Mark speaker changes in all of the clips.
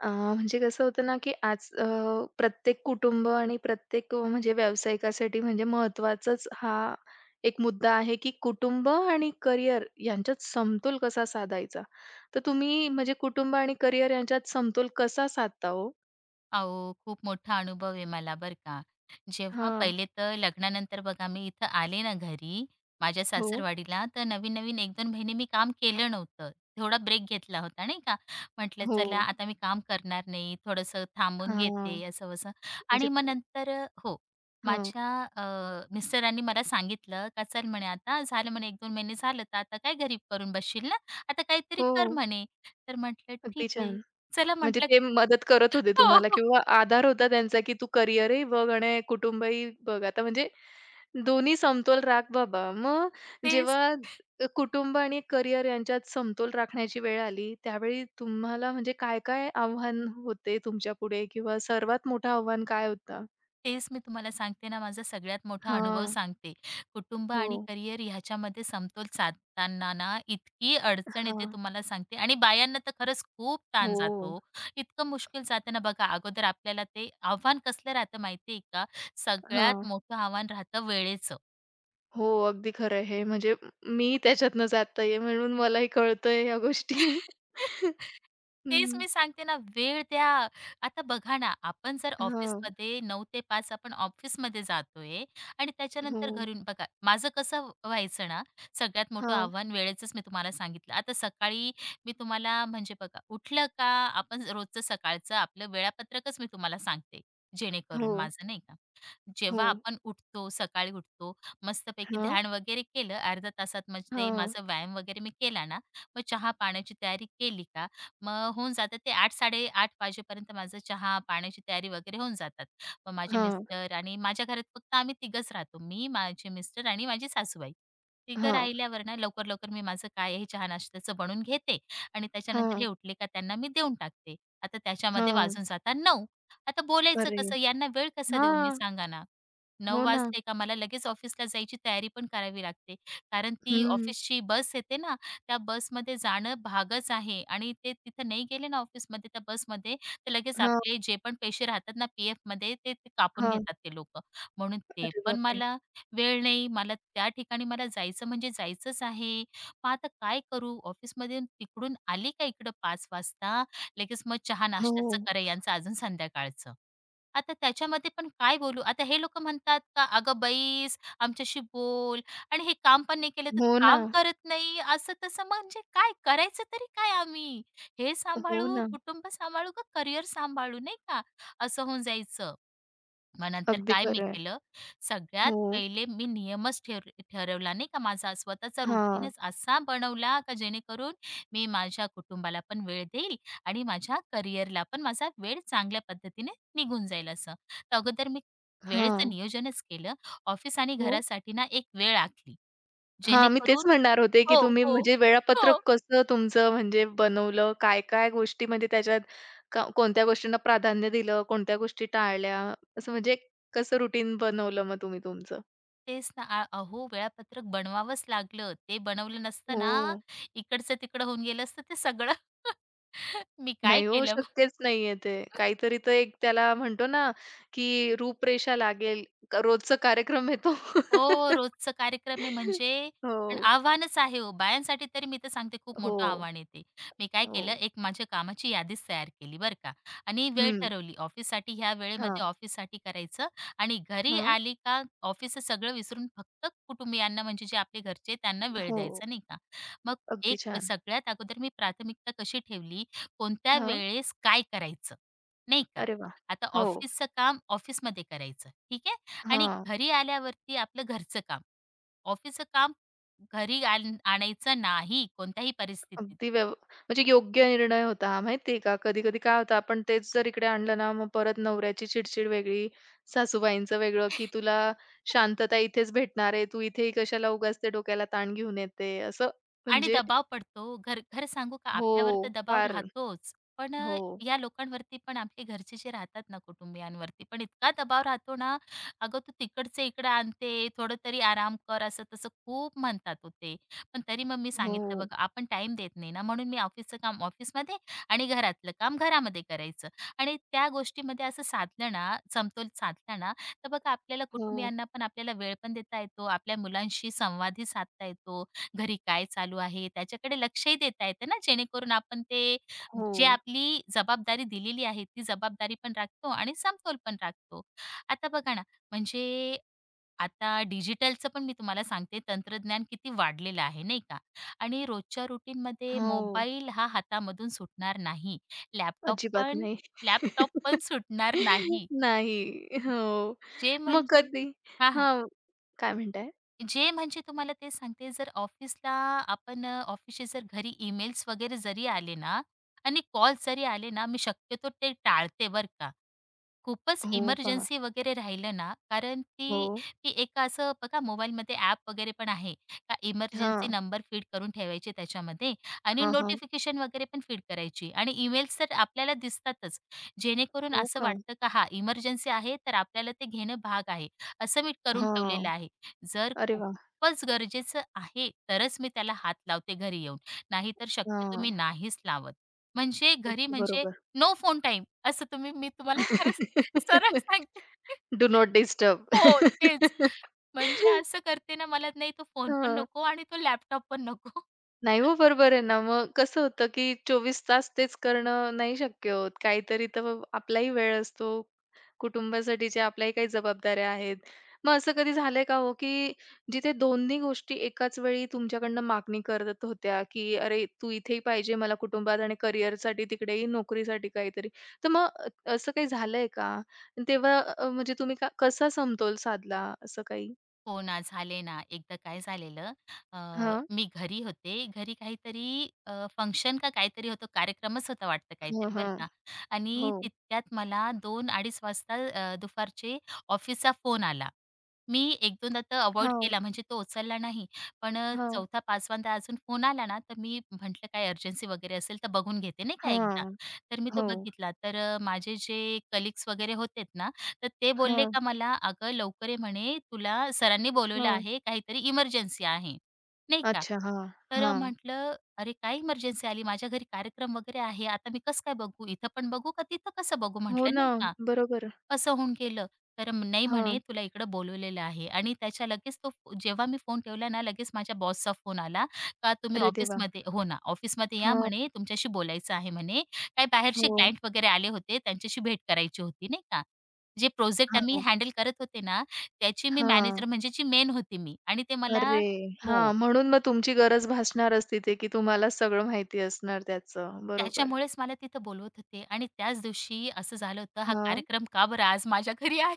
Speaker 1: अ, म्हणजे कसं होतं ना, की आज प्रत्येक कुटुंब आणि प्रत्येक म्हणजे व्यावसायिकासाठी म्हणजे महत्त्वाचाच हा एक मुद्दा आहे, की कुटुंब आणि करिअर यांच्यात समतोल कसा साधायचा? तर तुम्ही म्हणजे कुटुंब आणि करिअर यांच्यात समतोल कसा साधता हो?
Speaker 2: अहो, खूप मोठा अनुभव आहे मला बरं का. जेव्हा
Speaker 1: हां.
Speaker 2: पहिले तर लग्नानंतर बघा मी इथं आले ना घरी, माझ्या
Speaker 1: हो.
Speaker 2: सासरवाडीला, तर नवीन-नवीन एक 2 महिने मी काम केलं नव्हतं. थोडा ब्रेक घेतला होता नाही का. म्हटलं
Speaker 1: हो.
Speaker 2: चला आता मी काम करणार नाही, थोडंसं थांबून
Speaker 1: हां.
Speaker 2: घेते असं-वसं
Speaker 1: म्हणजे
Speaker 2: आणि मग नंतर हो,
Speaker 1: हां.
Speaker 2: माझ्या अ, मिस्टरांनी मला सांगितलं का "चल म्हणे आता झालं म्हणे 1-2 महिने झालं, तर आता काय घरी करून बसशील ना, आता काहीतरी
Speaker 1: हो.
Speaker 2: कर म्हणे." तर म्हटलं
Speaker 1: अगदी
Speaker 2: "ठीक
Speaker 1: छान.
Speaker 2: आहे." चला
Speaker 1: म्हणजे
Speaker 2: म्हटलं
Speaker 1: ते मदत करत होते
Speaker 2: हो, हो.
Speaker 1: तुम्हाला
Speaker 2: हो,
Speaker 1: किंवा आधार होता त्यांचा, की तू करिअरही बघ आणि कुटुंबही बघ. आता म्हणजे दोन्ही समतोल राख बाबा. मग
Speaker 2: तेच
Speaker 1: जेव्हा कुटुंब आणि करिअर यांच्यात समतोल राखण्याची वेळ आली, त्यावेळी तुम्हाला म्हणजे काय-काय आव्हान होते तुमच्यापुढे किंवा सर्वात मोठं आव्हान काय होतं?
Speaker 2: तेच मी तुम्हाला सांगते ना, माझा सगळ्यात मोठा अनुभव
Speaker 1: हां.
Speaker 2: सांगते. कुटुंब
Speaker 1: हो.
Speaker 2: आणि करिअर ह्याच्यामध्ये समतोल साधताना ना, इतकी अडचण येते
Speaker 1: हां.
Speaker 2: तुम्हाला सांगते आणि बायांना तर खरंच खूप ताण
Speaker 1: हो.
Speaker 2: जातो इतकं मुश्किल जातं ना बघा, अगोदर आपल्याला ते आव्हान कसलं राहतं माहिती आहे का? सगळ्यात
Speaker 1: हां.
Speaker 2: मोठं आव्हान राहतं वेळेचं.
Speaker 1: हो, अगदी खरं आहे. म्हणजे मी त्याच्यातनं जात आहे म्हणून मलाही कळतंय ह्या गोष्टी.
Speaker 2: तेच
Speaker 1: हं.
Speaker 2: मी सांगते ना, वेळ द्या. आता बघा ना, आपण जर
Speaker 1: हां.
Speaker 2: ऑफिसमध्ये 9 ते 5 आपण ऑफिसमध्ये जातोय आणि
Speaker 1: हो.
Speaker 2: त्याच्यानंतर घरून बघा, माझं कसं व्हायचं ना, सगळ्यात मोठं
Speaker 1: हां.
Speaker 2: आव्हान वेळेचंच मी तुम्हाला सांगितलं. आता सकाळी मी तुम्हाला म्हणजे बघा, उठलं का आपण रोजचं सकाळचं आपलं वेळापत्रकच मी तुम्हाला सांगते,
Speaker 1: हो.
Speaker 2: जेणेकरून माझं नाही का
Speaker 1: हो.
Speaker 2: जेव्हा आपण उठतो, सकाळी उठतो, मस्तपैकी
Speaker 1: हां.
Speaker 2: ध्यान वगैरे केलं अर्ध्या तासात म्हणजे ते
Speaker 1: हां.
Speaker 2: माझा व्यायाम वगैरे मी केला ना, मग चहा-पाण्याची तयारी केली का, मग होऊन जातं ते 8-8:30 वाजेपर्यंत माझं चहा-पाण्याची तयारी वगैरे होऊन जातात. मग माझे
Speaker 1: हां.
Speaker 2: मिस्टर आणि माझ्या घरात फक्त आम्ही तिघंच राहतो. मी, माझे मिस्टर आणि माझी सासूबाई. तिघं
Speaker 1: हां.
Speaker 2: राहिल्यावर ना लवकर-लवकर मी माझं काय आहे चहा-नाश्त्याचं बनवून घेते आणि त्याच्यानंतर
Speaker 1: हां.
Speaker 2: हे उठले का त्यांना मी देऊन टाकते. आता त्याच्यामध्ये
Speaker 1: हां.
Speaker 2: वाजून जातात 9:00. आता बोलायचं
Speaker 1: अरे!
Speaker 2: कसं? यांना वेळ कसा देऊ मी
Speaker 1: हां.
Speaker 2: सांगा ना? 9
Speaker 1: हो ना.
Speaker 2: वाजले का मला लगेच ऑफिसला जायची तयारी पण करावी लागते. कारण ती
Speaker 1: हं.
Speaker 2: ऑफिसची बस येते ना, त्या बसमध्ये जाणं भागच आहे आणि ते तिथं नाही गेले ना ऑफिसमध्ये त्या बसमध्ये, तर लगेच
Speaker 1: हां,
Speaker 2: आपले जे पण पैसे राहतात ना पी-एफमध्ये ते ते कापून
Speaker 1: हां.
Speaker 2: घेतात ते लोकं. म्हणून ते
Speaker 1: अरे
Speaker 2: पण
Speaker 1: बापरे!
Speaker 2: मला वेळ नाही. मला त्या ठिकाणी मला जायचं म्हणजे जायचंच आहे. मग आता काय करू? ऑफिसमधून तिकडून आली का इकडं 5 वाजता, लगेच मग चहा-नाश्त्याचं
Speaker 1: हो.
Speaker 2: करा यांचं अजून संध्याकाळचं. आता त्याच्यामध्ये पण काय बोलू? आता हे लोकं म्हणतात का, "अगं बैस, आमच्याशी बोल" आणि हे काम पण नाही केलं, तर तू
Speaker 1: हो ना.
Speaker 2: काम करत नाही, असं-तसं. म्हणजे काय करायचं तरी काय आम्ही? हे
Speaker 1: हो
Speaker 2: सांभाळू,
Speaker 1: ना.
Speaker 2: कुटुंब सांभाळू का करिअर सांभाळू, नाही का? असं होऊन जायचं. मग नंतर
Speaker 1: अगदी
Speaker 2: काय मी
Speaker 1: खरं आहे.
Speaker 2: केलं, सगळ्यात
Speaker 1: हो.
Speaker 2: पहिले मी नियमच ठरवला नाही का माझा स्वतःचा
Speaker 1: हां.
Speaker 2: रुटीनच असा बनवला का जेणेकरून मी माझ्या कुटुंबाला पण वेळ देईल आणि माझ्या करिअरला पण माझा वेळ चांगल्या पद्धतीने निघून जाईल असं. तर अगोदर मी वेळेचं
Speaker 1: हां.
Speaker 2: नियोजनच केलं. ऑफिस आणि
Speaker 1: हो.
Speaker 2: घरासाठी ना एक वेळ आखली.
Speaker 1: हां, मी तेच
Speaker 2: जेणेकरून
Speaker 1: म्हणणार होते, की
Speaker 2: हो,
Speaker 1: तुम्ही
Speaker 2: हो.
Speaker 1: म्हणजे वेळापत्रक
Speaker 2: हो.
Speaker 1: कसं तुमचं म्हणजे बनवलं? काय-काय गोष्टी म्हणजे त्याच्यात क कोणत्या गोष्टींना प्राधान्य दिलं? कोणत्या गोष्टी टाळल्या? असं म्हणजे कसं रुटीन बनवलं मग तुम्ही तुमचं?
Speaker 2: तेच ना. अहो, वेळापत्रक बनवावंच लागलं. ते बनवलं नसतं ना,
Speaker 1: हो.
Speaker 2: इकडचं तिकडं होऊन गेलं असतं ते सगळं. मी काय
Speaker 1: नाही हो,
Speaker 2: केलं
Speaker 1: शक्यच नाहीये ते. काहीतरी तर एक त्याला म्हणतो ना, की रूपरेषा लागेल. क रोजचा कार्यक्रम येतो.
Speaker 2: हो, रोजचं कार्यक्रम आहे म्हणजे
Speaker 1: हो,
Speaker 2: पण आव्हानच आहे हो. बायांसाठी तरी मी तर सांगते खूप मोठं
Speaker 1: हो,
Speaker 2: आव्हान आहे ते. मी काय
Speaker 1: हो.
Speaker 2: केलं, एक माझ्या कामाची यादीच तयार केली बरं का आणि वेळ
Speaker 1: हं.
Speaker 2: ठरवली. ऑफिससाठी ह्या वेळेमध्ये
Speaker 1: हां,
Speaker 2: ऑफिससाठी करायचं आणि घरी
Speaker 1: हां.
Speaker 2: आली का ऑफिसचं सगळं विसरून फक्त कुटुंबियांना म्हणजे जे आपले घरचे आहेत, त्यांना वेळ
Speaker 1: हो,
Speaker 2: द्यायचा नाही का. मग
Speaker 1: अगदी
Speaker 2: एक
Speaker 1: छान.
Speaker 2: सगळ्यात अगोदर मी प्राथमिकता कशी ठेवली, कोणत्या
Speaker 1: हां.
Speaker 2: वेळेस काय करायचं, नाही का.
Speaker 1: अरे वा,
Speaker 2: आता
Speaker 1: हो.
Speaker 2: ऑफिसचं काम ऑफिसमध्ये करायचं, ठीक आहे. आणि
Speaker 1: हां.
Speaker 2: घरी आल्यावरती आपलं घरचं काम, ऑफिसचं काम घरी आणायचं नाही कोणत्याही परिस्थितीत.
Speaker 1: अगदी व्यव म्हणजे योग्य निर्णय होता हा, माहिती आहे का? कधी-कधी काय होतं, आपण तेच जर इकडे आणलं ना, मग परत नवऱ्याची चिडचिड वेगळी, सासूबाईंचं वेगळं, की "तुला शांतता इथेच भेटणार आहे, तू इथेही कशाला उगाच ते डोक्याला ताण घेऊन येते." असं
Speaker 2: आणि
Speaker 1: म्हणजे
Speaker 2: दबाव पडतो. घर खरं सांगू का
Speaker 1: हो,
Speaker 2: आपल्यावर तर दबाव
Speaker 1: फार
Speaker 2: राहतोच. पण
Speaker 1: हो,
Speaker 2: या लोकांवरती पण आपले घरचे जे राहतात ना कुटुंबियांवरती पण इतका दबाव राहतो ना, "अगं तू तिकडचं इकडं आणते, थोडं तरी आराम कर." असं-तसं खूप म्हणतात हो ते. पण तरी मग मी सांगितलं
Speaker 1: हो,
Speaker 2: बघा आपण टाईम देत नाही ना, म्हणून मी ऑफिसचं काम ऑफिसमध्ये आणि घरातलं काम घरामध्ये करायचं. आणि त्या गोष्टीमध्ये असं साधलं ना, समतोल साधला ना, तर बघा आपल्याला
Speaker 1: हो,
Speaker 2: कुटुंबियांना पण आपल्याला वेळ पण देता येतो, आपल्या मुलांशी संवादही साधता येतो. घरी काय चालू आहे त्याच्याकडे लक्षही देता येतं ना, जेणेकरून आपण ते जे
Speaker 1: हो,
Speaker 2: आपली जबाबदारी दिलेली आहे ती जबाबदारी पण राखतो आणि समतोल पण राखतो. आता बघा ना, म्हणजे आता डिजिटलचं पण मी तुम्हाला सांगते तंत्रज्ञान किती वाढलेलं आहे नाही का? आणि रोजच्या रूटीनमध्ये
Speaker 1: हो.
Speaker 2: मोबाईल हा हातामधून सुटणार नाही. लॅपटॉप
Speaker 1: अजिबात
Speaker 2: पण
Speaker 1: नाही.
Speaker 2: लॅपटॉप पण सुटणार नाही.
Speaker 1: नाही. हो.
Speaker 2: जे
Speaker 1: मग
Speaker 2: म्हणजे
Speaker 1: कधी
Speaker 2: हां,
Speaker 1: हां. काय म्हणताय?
Speaker 2: जे म्हणजे तुम्हाला ते सांगते, जर ऑफिसला आपण ऑफिसचे जर घरी ईमेल्स वगैरे जरी आले ना आणि कॉल जरी आले ना, मी शक्यतो ते टाळते बरं का. खूपच
Speaker 1: हो का?
Speaker 2: इमर्जन्सी वगैरे राहिलं ना, कारण
Speaker 1: हो.
Speaker 2: ती ती एक असं बघा मोबाईलमध्ये ॲप वगैरे पण आहे. का इमर्जन्सी
Speaker 1: हां,
Speaker 2: नंबर फीड करून ठेवायचे त्याच्यामध्ये आणि
Speaker 1: हां, हां.
Speaker 2: नोटिफिकेशन वगैरे पण फीड करायची आणि ईमेल्स तर आपल्याला दिसतातच. जेणेकरून
Speaker 1: हो
Speaker 2: असं
Speaker 1: का?
Speaker 2: वाटतं का हां, इमर्जन्सी आहे तर आपल्याला ते घेणं भाग आहे. असं मी करून
Speaker 1: हां.
Speaker 2: ठेवलेलं आहे. जर
Speaker 1: अरे वाह!
Speaker 2: खूपच गरजेचं आहे, तरच मी त्याला हात लावते घरी येऊन. नाहीतर शक्यतो
Speaker 1: हां.
Speaker 2: मी नाहीच लावत. म्हणजे घरी
Speaker 1: अगदी
Speaker 2: म्हणजे
Speaker 1: बरोबर.
Speaker 2: नो फोन टाईम असं तुम्ही मी तुम्हाला खरं सरळ सांगते.
Speaker 1: Do not disturb.
Speaker 2: हो, तेच. म्हणजे असं करते ना, मला नाही तो फोन पण
Speaker 1: हां.
Speaker 2: नको आणि तो लॅपटॉप पण नको.
Speaker 1: नाही हो, बरोबर आहे ना. मग कसं होतं, की 24 तास तेच करणं नाही शक्य होत. काहीतरी तर आपलाही वेळ असतो. कुटुंबासाठी जे आपल्याही काही जबाबदाऱ्या आहेत. मग असं कधी झालंय का हो, की जिथे दोन्ही गोष्टी एकाच वेळी तुमच्याकडनं मागणी करत होत्या, की "अरे, तू इथेही पाहिजे मला कुटुंबात आणि करिअरसाठी, तिकडेही नोकरीसाठी काहीतरी." तर मग असं काही झालंय का? आणि तेव्हा म्हणजे तुम्ही का कसा समतोल साधला असं काही?
Speaker 2: हो ना, झाले ना. एकदा काय झालेलं
Speaker 1: हां.
Speaker 2: मी घरी होते. घरी काहीतरी फंक्शन का काहीतरी होतं, कार्यक्रमच होता वाटतं
Speaker 1: हां,
Speaker 2: काहीतरी बरं
Speaker 1: हां.
Speaker 2: का
Speaker 1: हो.
Speaker 2: आणि तितक्यात मला 2:00-2:30 वाजता दुपारचे ऑफिसचा फोन आला. मी एक 2दा तर अव्हॉइड
Speaker 1: हां,
Speaker 2: केला म्हणजे तो उचलला नाही. पण 4था-5वांदा अजून फोन आला ना, तर मी म्हटलं काय अर्जन्सी वगैरे असेल तर बघून घेते नाही का
Speaker 1: हां,
Speaker 2: एकदा.
Speaker 1: हां.
Speaker 2: तर मी तो
Speaker 1: हो.
Speaker 2: बघितला. तर माझे जे कलीग्स वगैरे होते तर ते बोलले
Speaker 1: हां,
Speaker 2: का मला, "अगं लवकर ये," म्हणे, "तुला सरांनी बोलवलं
Speaker 1: हां.
Speaker 2: आहे. काहीतरी इमर्जन्सी आहे." नाही का.
Speaker 1: अच्छा. हां,
Speaker 2: तर
Speaker 1: हां.
Speaker 2: म्हटलं, "अरे काय इमर्जन्सी आली? माझ्या घरी कार्यक्रम वगैरे आहे. आता मी कसं काय बघू? इथं पण बघू का तिथं कसं बघू?"
Speaker 1: हो
Speaker 2: म्हटलं
Speaker 1: ना,
Speaker 2: नाही का.
Speaker 1: बरोबर.
Speaker 2: असं होऊन गेलं. तर नाही म्हणे
Speaker 1: हां.
Speaker 2: तुला इकडं बोलवलेलं आहे आणि त्याच्या लगेच जेव्हा मी फोन ठेवला ना, लगेच माझ्या बॉसचा फोन आला का तुम्ही
Speaker 1: अरे देवा!
Speaker 2: ऑफिसमध्ये हो ना, ऑफिसमध्ये या
Speaker 1: हां,
Speaker 2: म्हणे तुमच्याशी बोलायचं आहे म्हणे. काही बाहेरचे
Speaker 1: हो.
Speaker 2: क्लायंट वगैरे आले होते त्यांच्याशी भेट करायची होती नाही का. जे प्रोजेक्ट आम्ही
Speaker 1: हां,
Speaker 2: हँडल करत होते ना, त्याची मी
Speaker 1: हां.
Speaker 2: मॅनेजर म्हणजे जी मेन होती मी आणि ते मला
Speaker 1: अरे! हां,
Speaker 2: हो,
Speaker 1: म्हणून मग तुमची गरज भासणारच तिथे, की तुम्हाला सगळं माहिती असणार त्याचं. बरोबर.
Speaker 2: त्याच्यामुळेच मला तिथं बोलवत होते आणि त्याच दिवशी असं झालं होतं हा
Speaker 1: हां.
Speaker 2: कार्यक्रम का बरं आज माझ्या घरी आहे.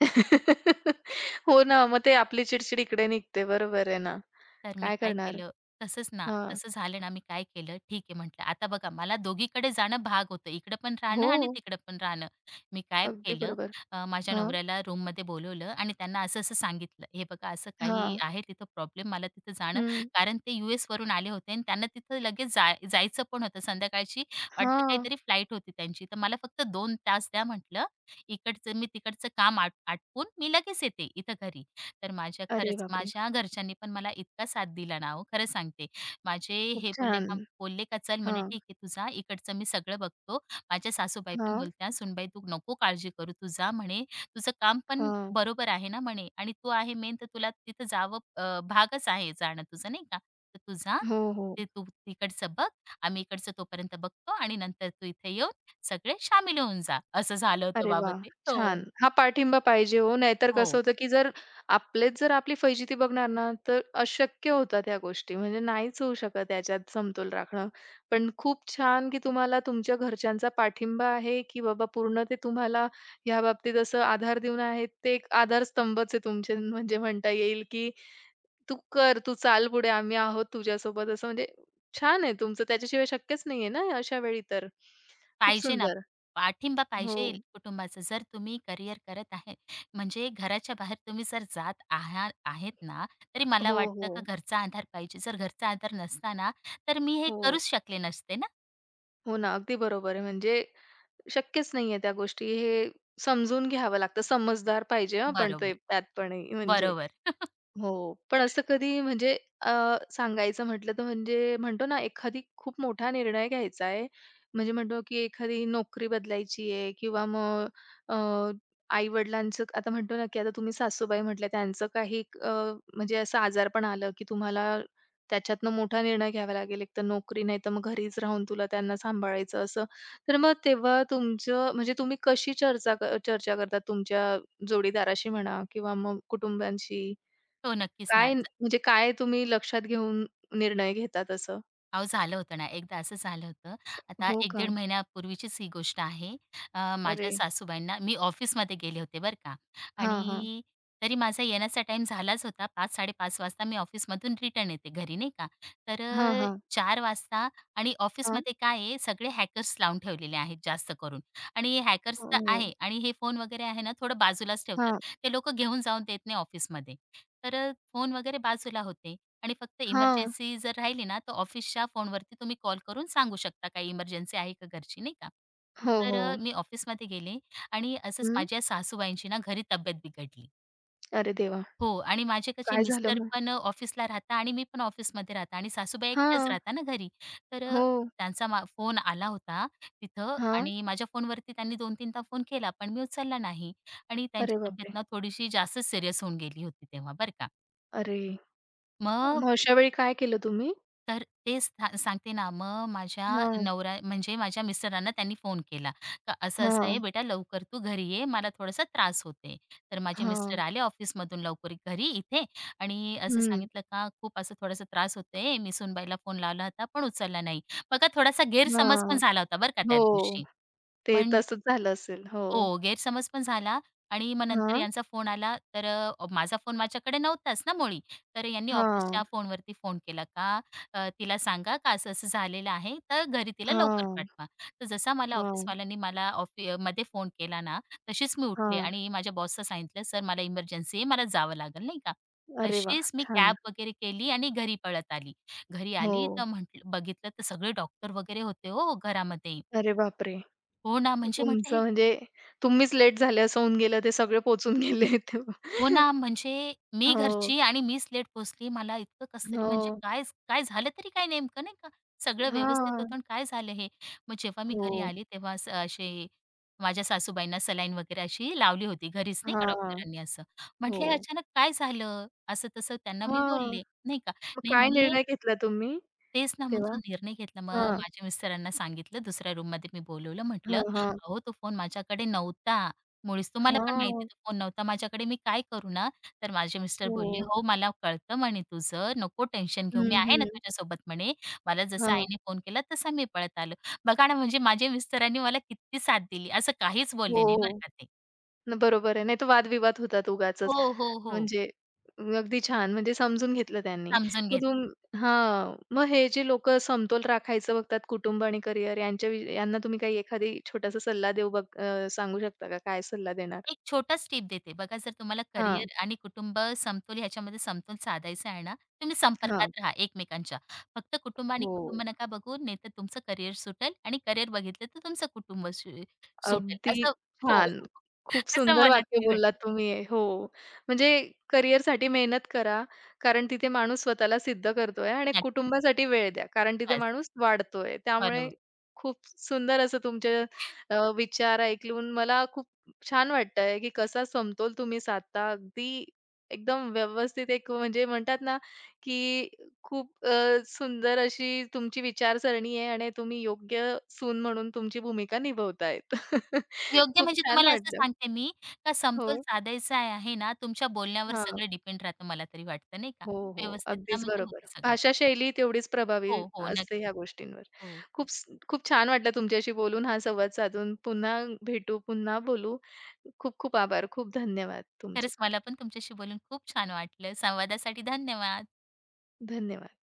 Speaker 1: हो ना, मग ते आपली चिडचिड इकडे निघते. बरोबर आहे ना.
Speaker 2: तर मी
Speaker 1: काय
Speaker 2: काय
Speaker 1: करणार?
Speaker 2: केलं तसंच ना,
Speaker 1: हां.
Speaker 2: तसं झालं ना, मी काय केलं, ठीक आहे म्हटलं. आता बघा मला दोघीकडे जाणं भाग होतं. इकडं पण राहणं आणि
Speaker 1: हो,
Speaker 2: तिकडं पण राहणं. मी काय
Speaker 1: अगदी
Speaker 2: केलं
Speaker 1: बरोबर.
Speaker 2: माझ्या
Speaker 1: हां,
Speaker 2: नवऱ्याला रूममध्ये बोलवलं आणि त्यांना असं-असं सांगितलं. हे बघा असं काही
Speaker 1: हां.
Speaker 2: आहे तिथं प्रॉब्लेम मला तिथं जाणं
Speaker 1: हं.
Speaker 2: कारण ते यूएसवरून आले होते आणि त्यांना तिथं लगेच जायचं पण होतं. संध्याकाळची वाटतं
Speaker 1: हां.
Speaker 2: काहीतरी फ्लाइट होती त्यांची. तर मला फक्त 2 तास द्या म्हटलं. इकडचं मी तिकडचं काम आटपून मी लगेच येते इथं घरी. तर माझ्या
Speaker 1: अरे
Speaker 2: खरंच
Speaker 1: बापरे!
Speaker 2: माझ्या घरच्यांनी पण मला इतका साथ दिला ना हो, खरं सांगते. माझे
Speaker 1: खूप
Speaker 2: हे बोलले
Speaker 1: छान.
Speaker 2: का बोलले का "चल म्हणे
Speaker 1: हां,
Speaker 2: ठीक आहे, तू जा इकडचं मी सगळं बघतो." माझ्या सासूबाई पण
Speaker 1: हां,
Speaker 2: बोलत्या, "सुनबाई तू नको काळजी करू, तू जा म्हणे, तुझं काम पण
Speaker 1: हां.
Speaker 2: बरोबर आहे ना म्हणे आणि तू आहे मेन तर तुला तिथं जावं भागच आहे जाणं तुझं नाही का? तर तू जा,
Speaker 1: हो, हो.
Speaker 2: ते तू तिकडचं बघ, आम्ही इकडचं तोपर्यंत बघतो आणि नंतर तू इथे येऊन सगळे शामील होऊन जा." असं झालं होतं
Speaker 1: अरे
Speaker 2: बाबा
Speaker 1: वाह!
Speaker 2: ते.
Speaker 1: छान.
Speaker 2: हो.
Speaker 1: हा पाठिंबा पाहिजे हो, नाहीतर
Speaker 2: हो.
Speaker 1: कसं होतं, की जर आपलेच जर आपली फजिती बघणार ना, तर अशक्य होता त्या गोष्टी. म्हणजे नाहीच होऊ शकत याच्यात समतोल राखणं. पण खूप छान, की तुम्हाला तुमच्या घरच्यांचा पाठिंबा आहे, की बाबा पूर्ण ते तुम्हाला ह्या बाबतीत असं आधार देऊन आहेत. ते एक आधारस्तंभच आहे तुमचे म्हणजे म्हणता येईल, की "तू कर, तू चाल पुढे, आम्ही आहोत तुझ्यासोबत." असं म्हणजे छान आहे तुमचं. त्याच्याशिवाय शक्यच नाहीये ना अशा वेळी तर. खूप
Speaker 2: पाहिजे ना,
Speaker 1: सुंदर.
Speaker 2: पाठिंबा
Speaker 1: हो.
Speaker 2: पाहिजे कुटुंबाचा. जर तुम्ही करिअर करत आहे, म्हणजे घराच्या बाहेर तुम्ही जर जात आहात आहेत ना, तरी मला
Speaker 1: हो,
Speaker 2: वाटतं का
Speaker 1: हो.
Speaker 2: घरचा आधार पाहिजे. जर घरचा आधार नसता ना, तर मी हे
Speaker 1: हो.
Speaker 2: करूच शकले नसते ना.
Speaker 1: हो ना, अगदी बरोबर आहे. म्हणजे शक्यच नाहीये त्या गोष्टी. हे समजून घ्यावं लागतं. समजदार पाहिजे हं, पण ते
Speaker 2: बरोबर,
Speaker 1: त्यात पण आहे, म्हणजे.
Speaker 2: बरोबर.
Speaker 1: हो. पण असं कधी म्हणजे अ, सांगायचं म्हटलं तर म्हणजे म्हणतो ना, एखादी खूप मोठा निर्णय घ्यायचा आहे. म्हणजे म्हणतो की एखादी नोकरी बदलायची आहे किंवा मग आई-वडिलांचं आता म्हणतो ना, की आता तुम्ही सासूबाई म्हटल्या त्यांचं काही म्हणजे असं आजारपण आलं, की तुम्हाला त्याच्यातनं मोठा निर्णय घ्यावा लागेल. एकतर नोकरी नाही तर मग घरीच राहून तुला त्यांना सांभाळायचं असं. तर मग तेव्हा तुमचं म्हणजे तुम्ही कशी चर्चा क चर्चा करतात तुमच्या जोडीदाराशी म्हणा किंवा मग कुटुंबाशी?
Speaker 2: हो, नक्कीच ना.
Speaker 1: काय न- म्हणजे काय तुम्ही लक्षात घेऊन निर्णय घेतात असं?
Speaker 2: अहो, झालं होतं ना, एकदा असं झालं होतं. आता
Speaker 1: हो का?
Speaker 2: 1-1.5 महिन्यापूर्वीचीच ही गोष्ट आहे.
Speaker 1: अरे!
Speaker 2: माझ्या सासूबाईंना मी ऑफिसमध्ये गेले होते बरं का
Speaker 1: हां, हां.
Speaker 2: आणि तरी माझा येण्याचा टाईम झालाच होता. 5-5:30 वाजता मी ऑफिसमधून रिटर्न येते घरी नाही का. तर
Speaker 1: हां, हां.
Speaker 2: 4 वाजता आणि
Speaker 1: हां.
Speaker 2: ऑफिसमध्ये काय आहे सगळे हॅकर्स लावून ठेवलेले आहेत जास्त करून आणि हॅकर्स
Speaker 1: हो,
Speaker 2: तर
Speaker 1: हो.
Speaker 2: आहे आणि हे फोन वगैरे आहे ना थोडं बाजूलाच ठेवतात.
Speaker 1: हां,
Speaker 2: ते लोकं घेऊन जाऊन देत नाही ऑफिसमध्ये. तर फोन वगैरे बाजूला होते. आणि फक्त
Speaker 1: हां.
Speaker 2: इमर्जन्सी जर राहिली ना, तर ऑफिसच्या फोनवरती तुम्ही कॉल करून सांगू शकता काही इमर्जन्सी आहे का घरची, नाही का.
Speaker 1: हो,
Speaker 2: तर
Speaker 1: हो.
Speaker 2: मी ऑफिसमध्ये गेले आणि असंच
Speaker 1: हं.
Speaker 2: माझ्या सासूबाईंची ना घरी तब्येत बिघडली.
Speaker 1: अरे देवा!
Speaker 2: हो आणि माझे कसे
Speaker 1: काय झालं
Speaker 2: मिस्टर
Speaker 1: मग?
Speaker 2: पण ऑफिसला राहता आणि मी पण ऑफिसमध्ये राहता आणि सासूबाई एकट्याच
Speaker 1: हां.
Speaker 2: राहता ना घरी. तर
Speaker 1: हो.
Speaker 2: त्यांचा फोन आला होता तिथं
Speaker 1: हां.
Speaker 2: आणि माझ्या फोनवरती त्यांनी 2-3दा फोन केला, पण मी उचलला नाही आणि
Speaker 1: अरे
Speaker 2: त्यांची तब्येत
Speaker 1: बापरे!
Speaker 2: ना थोडीशी जास्तच सीरियस होऊन गेली होती तेव्हा, बरं का.
Speaker 1: अरे!
Speaker 2: मग
Speaker 1: मग अशा वेळी काय केलं तुम्ही?
Speaker 2: तर तेच सांगते ना, मग माझ्या
Speaker 1: हां,
Speaker 2: नवरा म्हणजे माझ्या मिस्टरांना त्यांनी फोन केला, का असं-असं आहे
Speaker 1: हां,
Speaker 2: बेटा लवकर तू घरी ये, मला थोडासा त्रास होतोय. तर माझे मिस्टर
Speaker 1: हां.
Speaker 2: आले ऑफिसमधून लवकर घरी इथे आणि असं
Speaker 1: हं.
Speaker 2: सांगितलं का खूप असं थोडासा त्रास होतोय, मी सुनबाईला फोन लावला होता पण उचलला नाही. बघा थोडासा गैरसमज पण
Speaker 1: हां.
Speaker 2: झाला होता बरं का त्या
Speaker 1: हो.
Speaker 2: दिवशी.
Speaker 1: ते तसंच झालं असेल. हो.
Speaker 2: हो, गैरसमज पण झाला आणि मग नंतर
Speaker 1: हां.
Speaker 2: यांचा फोन आला, तर माझा फोन माझ्याकडे नव्हताच ना मुळी. तर यांनी
Speaker 1: हां.
Speaker 2: ऑफिसच्या फोनवरती फोन केला का तिला सांगा का असं-असं झालेलं आहे, तर घरी तिला लवकर
Speaker 1: हां.
Speaker 2: पाठवा. तर जसा मला
Speaker 1: हां.
Speaker 2: ऑफिसवाल्यांनी मला मध्ये फोन केला ना, तशीच मी उठले
Speaker 1: हां.
Speaker 2: आणि माझ्या बॉसला सांगितलं, "सर मला इमर्जन्सी आहे, मला जावं लागेल," नाही का.
Speaker 1: अरे वाह!
Speaker 2: तशीच मी
Speaker 1: छान.
Speaker 2: कॅब वगैरे केली आणि घरी पळत आली. घरी
Speaker 1: हो.
Speaker 2: आली तर म्हटलं बघितलं तर सगळे डॉक्टर वगैरे होते हो घरामध्ये.
Speaker 1: अरे बापरे!
Speaker 2: हो ना, म्हणजे म्हटलं
Speaker 1: तुमचं
Speaker 2: हे
Speaker 1: म्हणजे तुम्हीच लेट झाले असं होऊन गेलं. ते सगळे पोहचून गेले
Speaker 2: हो
Speaker 1: तेव्हा.
Speaker 2: ना, म्हणजे मी
Speaker 1: हो,
Speaker 2: घरची आणि मीच लेट पोहोचली. मला इतकं कसं तरी म्हणजे
Speaker 1: हो.
Speaker 2: काय काय झालं तरी काय नेमकं नाही का? सगळं व्यवस्थित
Speaker 1: हां.
Speaker 2: होतं आणि काय झालं हे? मग जेव्हा मी घरी
Speaker 1: हो.
Speaker 2: आले तेव्हा असे माझ्या सासूबाईंना सलाईन वगैरे अशी लावली होती घरीच नाही का
Speaker 1: हां.
Speaker 2: डॉक्टरांनी असं. म्हटलं, "हे
Speaker 1: हो.
Speaker 2: अचानक काय झालं?" असं तसं त्यांना मी
Speaker 1: हां.
Speaker 2: बोलले, नाही का.
Speaker 1: मग
Speaker 2: नाही
Speaker 1: काय
Speaker 2: म्हणे
Speaker 1: निर्णय घेतला तुम्ही
Speaker 2: तेच ना, मग
Speaker 1: तेव्हा?
Speaker 2: जो निर्णय घेतला, मग
Speaker 1: हां.
Speaker 2: माझ्या मिस्टरांना सांगितलं, दुसऱ्या रूममध्ये मी बोलवलं.
Speaker 1: हां,
Speaker 2: म्हटलं,
Speaker 1: हां.
Speaker 2: "अहो, तो फोन माझ्याकडे नव्हता. मुळीच तुम्हाला पण माहिती
Speaker 1: हां.
Speaker 2: आहे, तो फोन नव्हता माझ्याकडे. मी काय करू ना?" तर माझे मिस्टर बोलले,
Speaker 1: हो.
Speaker 2: "हो, मला कळतं," म्हणे, "तुझं. नको टेन्शन घेऊ.
Speaker 1: हं,
Speaker 2: मी आहे ना
Speaker 1: हं.
Speaker 2: तुझ्यासोबत," म्हणे. "मला जसं
Speaker 1: हां.
Speaker 2: आईने फोन केला, तसा मी पळत आलो." बघा ना, म्हणजे माझ्या मिस्टरांनी मला किती साथ दिली. असं काहीच बोलले नाही
Speaker 1: हो.
Speaker 2: बरं का ते.
Speaker 1: न बरोबर आहे. नाही तर वादविवाद होतात उगाचच.
Speaker 2: हो, हो, हो.
Speaker 1: म्हणजे अगदी छान. म्हणजे समजून घेतलं त्यांनी.
Speaker 2: समजून
Speaker 1: मग
Speaker 2: घेतलं.
Speaker 1: तुम हां. मग हे जे लोकं समतोल राखायचं बघतात कुटुंब आणि करिअर यांच्या वि यांना तुम्ही काही एखादी छोटासा सल्ला देऊ बघ सांगू शकता का? काय सल्ला देणार?
Speaker 2: एक छोटा टिप देते. बघा जर तुम्हाला
Speaker 1: हां,
Speaker 2: करिअर आणि कुटुंब समतोल ह्याच्यामध्ये समतोल साधायचा आहे ना, तुम्ही
Speaker 1: हां.
Speaker 2: संपर्कात राहा एकमेकांच्या. फक्त कुटुंब आणि
Speaker 1: हो.
Speaker 2: कुटुंब नका बघू, नाहीतर तुमचं करिअर सुटेल आणि करिअर बघितलं तर तुमचं कुटुंब सुटेल.
Speaker 1: अगदी
Speaker 2: असं हो,
Speaker 1: छान. खूप
Speaker 2: असं
Speaker 1: सुंदर
Speaker 2: मला
Speaker 1: वाक्य
Speaker 2: तरी वाटतं.
Speaker 1: बोललात तुम्ही हे. हो. म्हणजे करिअरसाठी मेहनत करा, कारण तिथे माणूस स्वतःला सिद्ध करतोय आणि
Speaker 2: नक्की.
Speaker 1: कुटुंबासाठी वेळ द्या, कारण तिथे
Speaker 2: बस,
Speaker 1: माणूस वाढतोय. त्यामुळे
Speaker 2: बरोबर.
Speaker 1: खूप सुंदर असं तुमचे विचार ऐकून मला खूप छान वाटतंय, की कसा समतोल तुम्ही साधता. अगदी एकदम व्यवस्थित एक म्हणजे म्हणतात ना, की खूप सुंदर अशी तुमची विचारसरणी आहे आणि तुम्ही योग्य सून म्हणून तुमची भूमिका निभवतायत.
Speaker 2: योग्य
Speaker 1: खूप
Speaker 2: म्हणजे
Speaker 1: छान
Speaker 2: तुम्हाला असं
Speaker 1: वाटलं.
Speaker 2: सांगते मी, का समतोल
Speaker 1: हो.
Speaker 2: साधायचा आहे आहे ना, तुमच्या बोलण्यावर
Speaker 1: हां.
Speaker 2: सगळं डिपेंड राहतं मला तरी वाटतं, नाही का?
Speaker 1: हो, हो.
Speaker 2: व्यवस्थित राहा
Speaker 1: अगदीच
Speaker 2: म्हणजे
Speaker 1: बरोबर.
Speaker 2: होतं सगळं.
Speaker 1: भाषा शैली तेवढीच प्रभावी
Speaker 2: हो, हो.
Speaker 1: असते ह्या
Speaker 2: नक्कीच.
Speaker 1: गोष्टींवर.
Speaker 2: हो.
Speaker 1: खूप स खूप छान वाटलं तुमच्याशी बोलून, हा संवाद साधून. पुन्हा भेटू, पुन्हा बोलू. खूप खूप आभार. खूप धन्यवाद तुमचे.
Speaker 2: खरंच मला पण तुमच्याशी बोलून खूप छान वाटलं. संवादासाठी धन्यवाद.
Speaker 1: धन्यवाद.